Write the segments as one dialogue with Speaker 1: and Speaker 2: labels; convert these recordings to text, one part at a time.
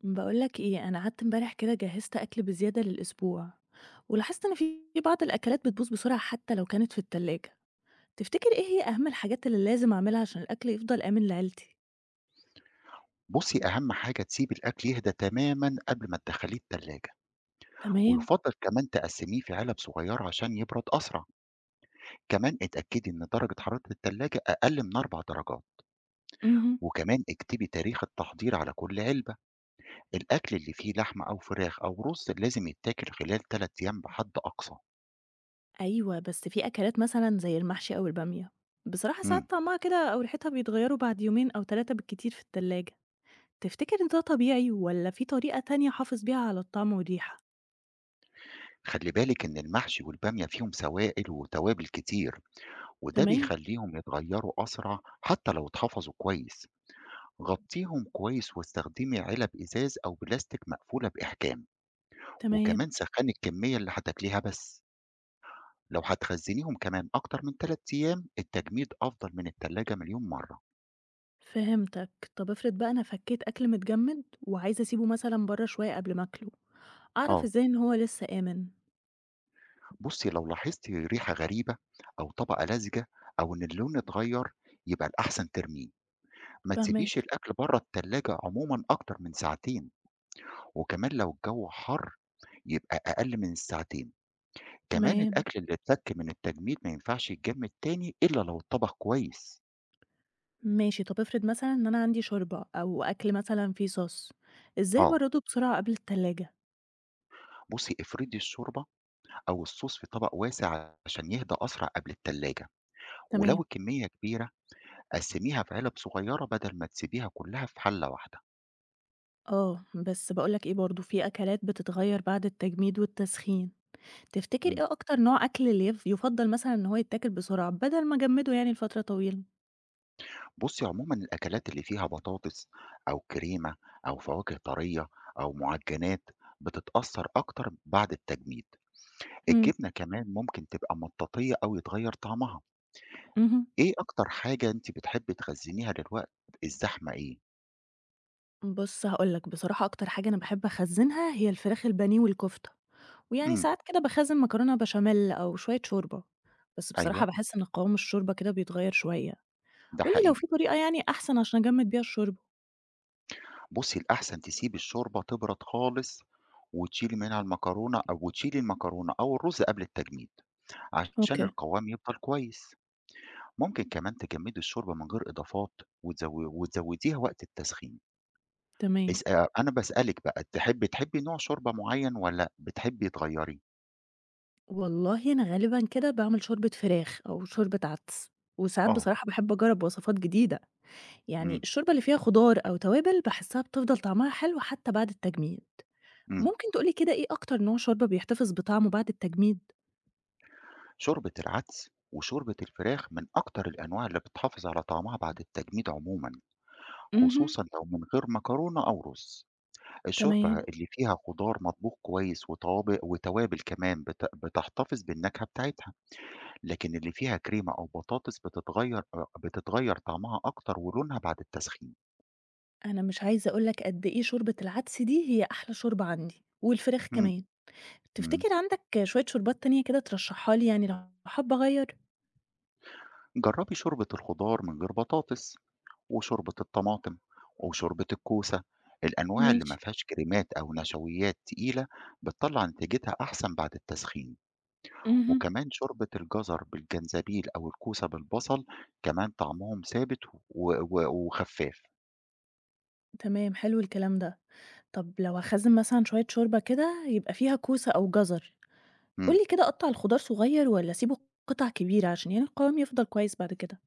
Speaker 1: بقولك ايه، انا قعدت امبارح كده جهزت اكل بزيادة للاسبوع، ولاحظت ان في بعض الاكلات بتبوظ بسرعة حتى لو كانت في التلاجة. تفتكر ايه هي اهم الحاجات اللي لازم اعملها عشان الاكل يفضل امن لعيلتي؟
Speaker 2: بُصّي، أهم حاجة تسيبي الأكل يهدى تمامًا قبل ما تدخّليه التلاجة،
Speaker 1: تمام.
Speaker 2: ويُفضّل كمان تقسّميه في علب صغيّرة عشان يبرد أسرع، كمان اتأكدي إن درجة حرارة التلاجة أقل من 4 درجات،
Speaker 1: امم.
Speaker 2: وكمان اكتبي تاريخ التحضير على كل علبة، الأكل اللي فيه لحمة أو فراخ أو رز لازم يتاكل خلال 3 أيام بحد أقصى.
Speaker 1: ايوه، بس في اكلات مثلا زي المحشي او البامية، بصراحة
Speaker 2: إمم،
Speaker 1: ساعات طعمها كده او ريحتها بيتغيروا بعد يومين او ثلاثة بالكتير في التلاجة. تفتكر ان ده طبيعي ولا في طريقة تانية احافظ بيها على الطعم والريحة؟
Speaker 2: خلّي بالِك إن المحشي والبامية فيهم سوائل وتوابل كتير، وده
Speaker 1: تمام.
Speaker 2: بيخلّيهم يتغيّروا أسرع حتى لو اتحفظوا كويس. غطّيهم كويس واستخدمي علب إزاز أو بلاستيك مقفولة بإحكام،
Speaker 1: تمام.
Speaker 2: وكمان سخّني الكمية اللي هتاكليها بس، لو هتخزّنيهم كمان أكتر من 3 أيام التجميد أفضل من التلاجة مليون مرة.
Speaker 1: فهمتك. طب افرض بقى أنا فكيت أكل متجمد وعايزة أسيبه مثلًا برّه شوية قبل ما آكله، أعرف
Speaker 2: آه،
Speaker 1: إزاي إن هو لسه آمن؟
Speaker 2: بُصّي لو لاحظتِ ريحة غريبة أو طبقة لزجة أو إن اللون اتغيّر يبقى الأحسن ترميه، ما تسيبيش
Speaker 1: فاهماك.
Speaker 2: الأكل برّه التلاجة عمومًا أكتر من ساعتين، وكمان لو الجو حَر يبقى أقل من الساعتين. كمان
Speaker 1: تمام.
Speaker 2: الأكل اللي اتفك من التجميد ما ينفعش يتجمد تاني إلا لو اتطبخ كويس.
Speaker 1: ماشي. طب افرض مثلًا إن أنا عندي شوربة أو أكل مثلًا فيه صوص، إزاي
Speaker 2: آه،
Speaker 1: أبرده بسرعة قبل التلاجة؟
Speaker 2: بصي افردي الشوربة أو الصوص في طبق واسع عشان يهدى أسرع قبل التلاجة، ولو
Speaker 1: تمام.
Speaker 2: الكمية كبيرة قسميها في علب صغيرة بدل ما تسيبيها كلها في حلة واحدة.
Speaker 1: آه، بس باقول لك إيه برضه، في أكلات بتتغير بعد التجميد والتسخين، تفتكر
Speaker 2: مم.
Speaker 1: إيه أكتر نوع أكل اللي يُفضّل مثلًا إن هو يتاكل بسرعة بدل ما أجمده يعني لفترة طويلة؟
Speaker 2: بصي عموما الأكلات اللي فيها بطاطس أو كريمة أو فواكه طرية أو معجنات بتتأثر أكتر بعد التجميد.
Speaker 1: إمم.
Speaker 2: الجبنة كمان ممكن تبقى مطاطية أو يتغير طعمها.
Speaker 1: اهم.
Speaker 2: إيه أكتر حاجة أنتِ بتحبي تخزّنيها للوقت الزحمة إيه؟
Speaker 1: بُص هاقول لك، بصراحة أكتر حاجة أنا باحب أخزّنها هي الفراخ البانيه والكفتة، ويعني
Speaker 2: إمم،
Speaker 1: ساعات كده باخزّن مكرونة بشاميل أو شوية شوربة، بس بصراحة
Speaker 2: أيوه،
Speaker 1: باحس إن قوام الشوربة كده بيتغيّر شوية،
Speaker 2: ده
Speaker 1: قُل لي لو
Speaker 2: حقيقي.
Speaker 1: في طريقة يعني أحسن عشان أجمّد بيها الشوربة؟
Speaker 2: بُصّي الأحسن تسيبي الشوربة تبرد خالص، وتشيلي منها المكرونة أو وتشيلي المكرونة أو الرز قبل التجميد، عشان
Speaker 1: أوكي.
Speaker 2: القوام يفضل كويس. ممكن كمان تجمّدي الشوربة من غير إضافات وتزوديها وقت التسخين.
Speaker 1: تمام.
Speaker 2: اس أنا باسألِك بقى تحبي نوع شوربة معيّن والّا بتحبي تغيّري؟
Speaker 1: والله أنا غالبًا كده باعمل شوربة فراخ أو شوربة عدس، وساعات
Speaker 2: آه،
Speaker 1: بصراحة باحب أجرّب وصفات جديدة، يعني
Speaker 2: إمم،
Speaker 1: الشوربة اللي فيها خضار أو توابل باحسّها بتفضل طعمها حلو حتى بعد التجميد.
Speaker 2: إمم.
Speaker 1: ممكن تقول لي كده إيه أكتر نوع شوربة بيحتفظ بطعمه بعد التجميد؟
Speaker 2: شوربة العدس وشوربة الفراخ من أكتر الأنواع اللي بتحافظ على طعمها بعد التجميد عموما،
Speaker 1: اهم.
Speaker 2: خصوصا لو من غير مكرونة أو رز. الشوربة
Speaker 1: تمام.
Speaker 2: اللي فيها خضار مطبوخ كويس وطوابق وتوابل كمان بتحتفظ بالنكهة بتاعتها. لكن اللي فيها كريمة أو بطاطس بتتغير طعمها أكتر ولونها بعد التسخين.
Speaker 1: أنا مش عايزة أقول لك قد إيه شوربة العدس دي هي أحلى شوربة عندي، والفراخ
Speaker 2: مم.
Speaker 1: كمان.
Speaker 2: مم.
Speaker 1: تفتكر عندك شوية شوربات تانية كده ترشّحها لي يعني لو حابة أغيّر؟
Speaker 2: جربي شوربة الخضار من غير بطاطس، وشوربة الطماطم، وشوربة الكوسة، الأنواع اللي
Speaker 1: ماشي.
Speaker 2: ما فيهاش كريمات أو نشويات تقيلة بتطلّع نتيجتها أحسن بعد التسخين،
Speaker 1: اهم.
Speaker 2: وكمان شوربة الجزر بالجنزبيل أو الكوسة بالبصل كمان طعمهم ثابت و و وخفّاف.
Speaker 1: تمام، حلو الكلام ده. طب لو هاخزّن مثلًا شوية شوربة كده يبقى فيها كوسة أو جزر، قُل
Speaker 2: إمم.
Speaker 1: لي كده أقطّع الخضار صغير والّا أسيبه قطع كبيرة عشان يعني القوام يفضل كويس بعد كده؟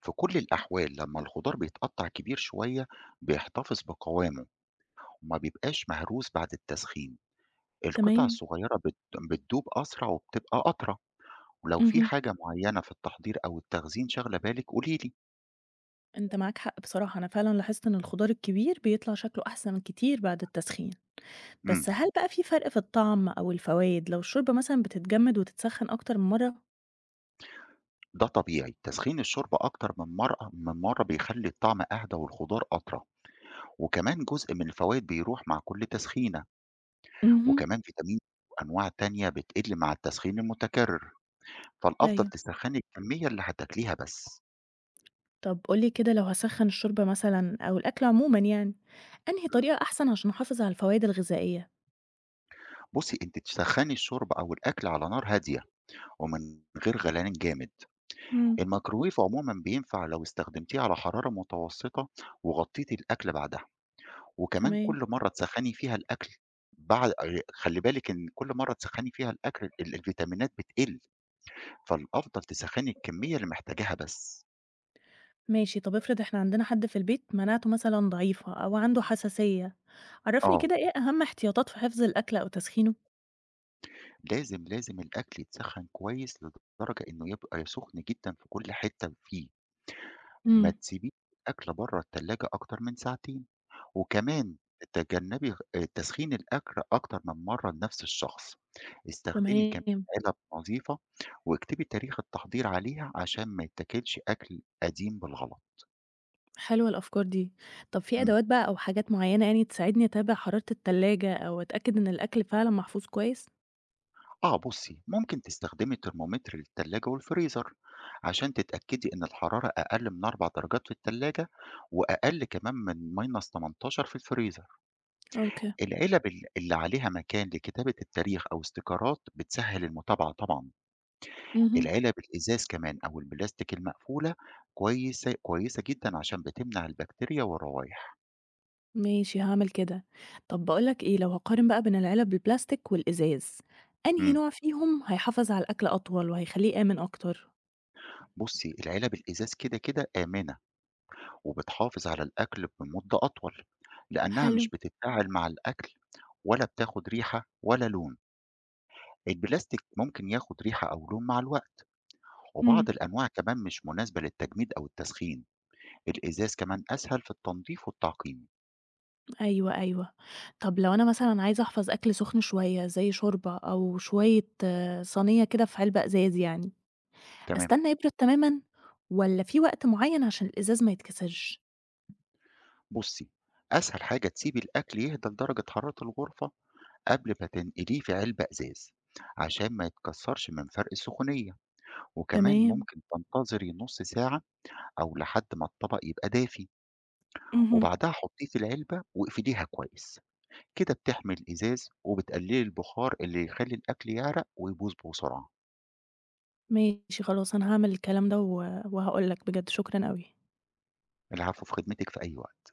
Speaker 2: في كل الأحوال لمّا الخضار بيتقطّع كبير شوية بيحتفظ بقوامه وما بيبقاش مهروس بعد التسخين. القطع
Speaker 1: تمام.
Speaker 2: الصغيرة بتدوب أسرع وبتبقى أطرى. ولو في
Speaker 1: اهم.
Speaker 2: حاجة معيّنة في التحضير أو التخزين شاغلة بالِك قولي لي.
Speaker 1: أنت معاك حق بصراحة، أنا فعلًا لاحظت إن الخضار الكبير بيطلع شكله أحسن كتير بعد التسخين.
Speaker 2: إمم،
Speaker 1: بس هل بقى في فرق في الطعم أو الفوايد لو الشوربة مثلًا بتتجمد وتتسخن أكتر من مرة؟
Speaker 2: ده طبيعي، تسخين الشوربة أكتر من مرة بيخلّي الطعم أهدى والخضار أطرى، وكمان جزء من الفوايد بيروح مع كل تسخينة،
Speaker 1: اهم.
Speaker 2: وكمان فيتامين وأنواع تانية بتقل مع التسخين المتكرر، فالأفضل
Speaker 1: أيوه.
Speaker 2: تسخّني الكمية اللي هتاكليها بس.
Speaker 1: طب قُل لي كده لو هاسخّن الشوربة مثلًا أو الأكل عمومًا يعني، أنهي طريقة أحسن عشان أحافظ على الفوايد الغذائية؟
Speaker 2: بُصّي، أنتِ تسخّني الشوربة أو الأكل على نار هادية ومن غير غليان جامد.
Speaker 1: إمم.
Speaker 2: الميكروويف عمومًا بينفع لو استخدمتيه على حرارة متوسطة وغطّيتِ الأكل بعدها. وكمان
Speaker 1: تمام.
Speaker 2: كل مرّة تسخّني فيها الأكل بعد خلّي بالِك إن كل مرّة تسخّني فيها الأكل الفيتامينات بتقِل، فالأفضل تسخّني الكمية اللي محتاجاها بس.
Speaker 1: ماشي، طب افرض إحنا عندنا حد في البيت مناعته مثلًا ضعيفة أو عنده حساسية، عرّفني
Speaker 2: آه.
Speaker 1: كده إيه أهم احتياطات في حفظ الأكل أو تسخينه؟
Speaker 2: لازم الأكل يتسخّن كويس لدرجة إنه يبقى سُخن جدًا في كل حتّة فيه، ما
Speaker 1: إمم.
Speaker 2: تسيبيش الأكل برّه التلاجة أكتر من ساعتين. وكمان تجنبي تسخين الأكل أكتر من مرة لنفس الشخص. استخدمي كمان
Speaker 1: تمام.
Speaker 2: علب نظيفة واكتبي تاريخ التحضير عليها عشان ما يتاكلش أكل قديم بالغلط.
Speaker 1: حلوة الأفكار دي. طب في
Speaker 2: مم.
Speaker 1: أدوات بقى أو حاجات معيّنة يعني تساعدني أتابع حرارة التلاجة أو أتأكد إن الأكل فعلًا محفوظ كويس؟
Speaker 2: آه بصي ممكن تستخدمي ترمومتر للتلاجة والفريزر عشان تتأكدي إن الحرارة أقل من 4 درجات في التلاجة وأقل كمان من ماينس 18 في الفريزر.
Speaker 1: أوكي.
Speaker 2: العلب اللي عليها مكان لكتابة التاريخ أو استيكرات بتسهل المتابعة طبعا.
Speaker 1: اهم.
Speaker 2: العلب الإزاز كمان أو البلاستيك المقفولة كويسة كويسة جدًا عشان بتمنع البكتيريا والروايح.
Speaker 1: ماشي، هاعمل كده. طب باقول لك إيه، لو هاقارن بقى بين العلب البلاستيك والإزاز، أنهي
Speaker 2: إمم،
Speaker 1: نوع فيهم هيحافظ على الأكل أطول وهيخلّيه آمن أكتر؟
Speaker 2: بُصّي العلب الإزاز كده، آمنة وبتحافظ على الأكل بمدة أطول، لأنها
Speaker 1: حلو.
Speaker 2: مش بتتفاعل مع الأكل ولا بتاخد ريحة ولا لون. البلاستيك ممكن ياخد ريحة أو لون مع الوقت،
Speaker 1: إمم.
Speaker 2: وبعض الأنواع كمان مش مناسبة للتجميد أو التسخين. الإزاز كمان أسهل في التنضيف والتعقيم.
Speaker 1: أيوه، أيوه. طب لو أنا مثلًا عايزة أحفظ أكل سخن شوية زي شوربة أو شوية صينية كده في علبة إزاز يعني،
Speaker 2: تمام،
Speaker 1: أستنى يبرد تمامًا والّا في وقت معيّن عشان الإزاز ما يتكسرش؟
Speaker 2: بُصّي أسهل حاجة تسيبي الأكل يهدى لدرجة حرارة الغرفة قبل ما تنقليه في علبة إزاز عشان ما يتكسرش من فرق السخونية، وكمان
Speaker 1: تمام.
Speaker 2: ممكن تنتظري نص ساعة أو لحد ما الطبق يبقى دافي،
Speaker 1: اهم.
Speaker 2: وبعدها حطيه في العلبة واقفليها كويس. كده بتحمي الإزاز وبتقللي البخار اللي يخلي الأكل يعرق ويبوظ بسرعة.
Speaker 1: ماشي خلاص، أنا هاعمل الكلام ده وهاقول لك بجد شكرًا أوي.
Speaker 2: العفو، في خدمتك في أي وقت.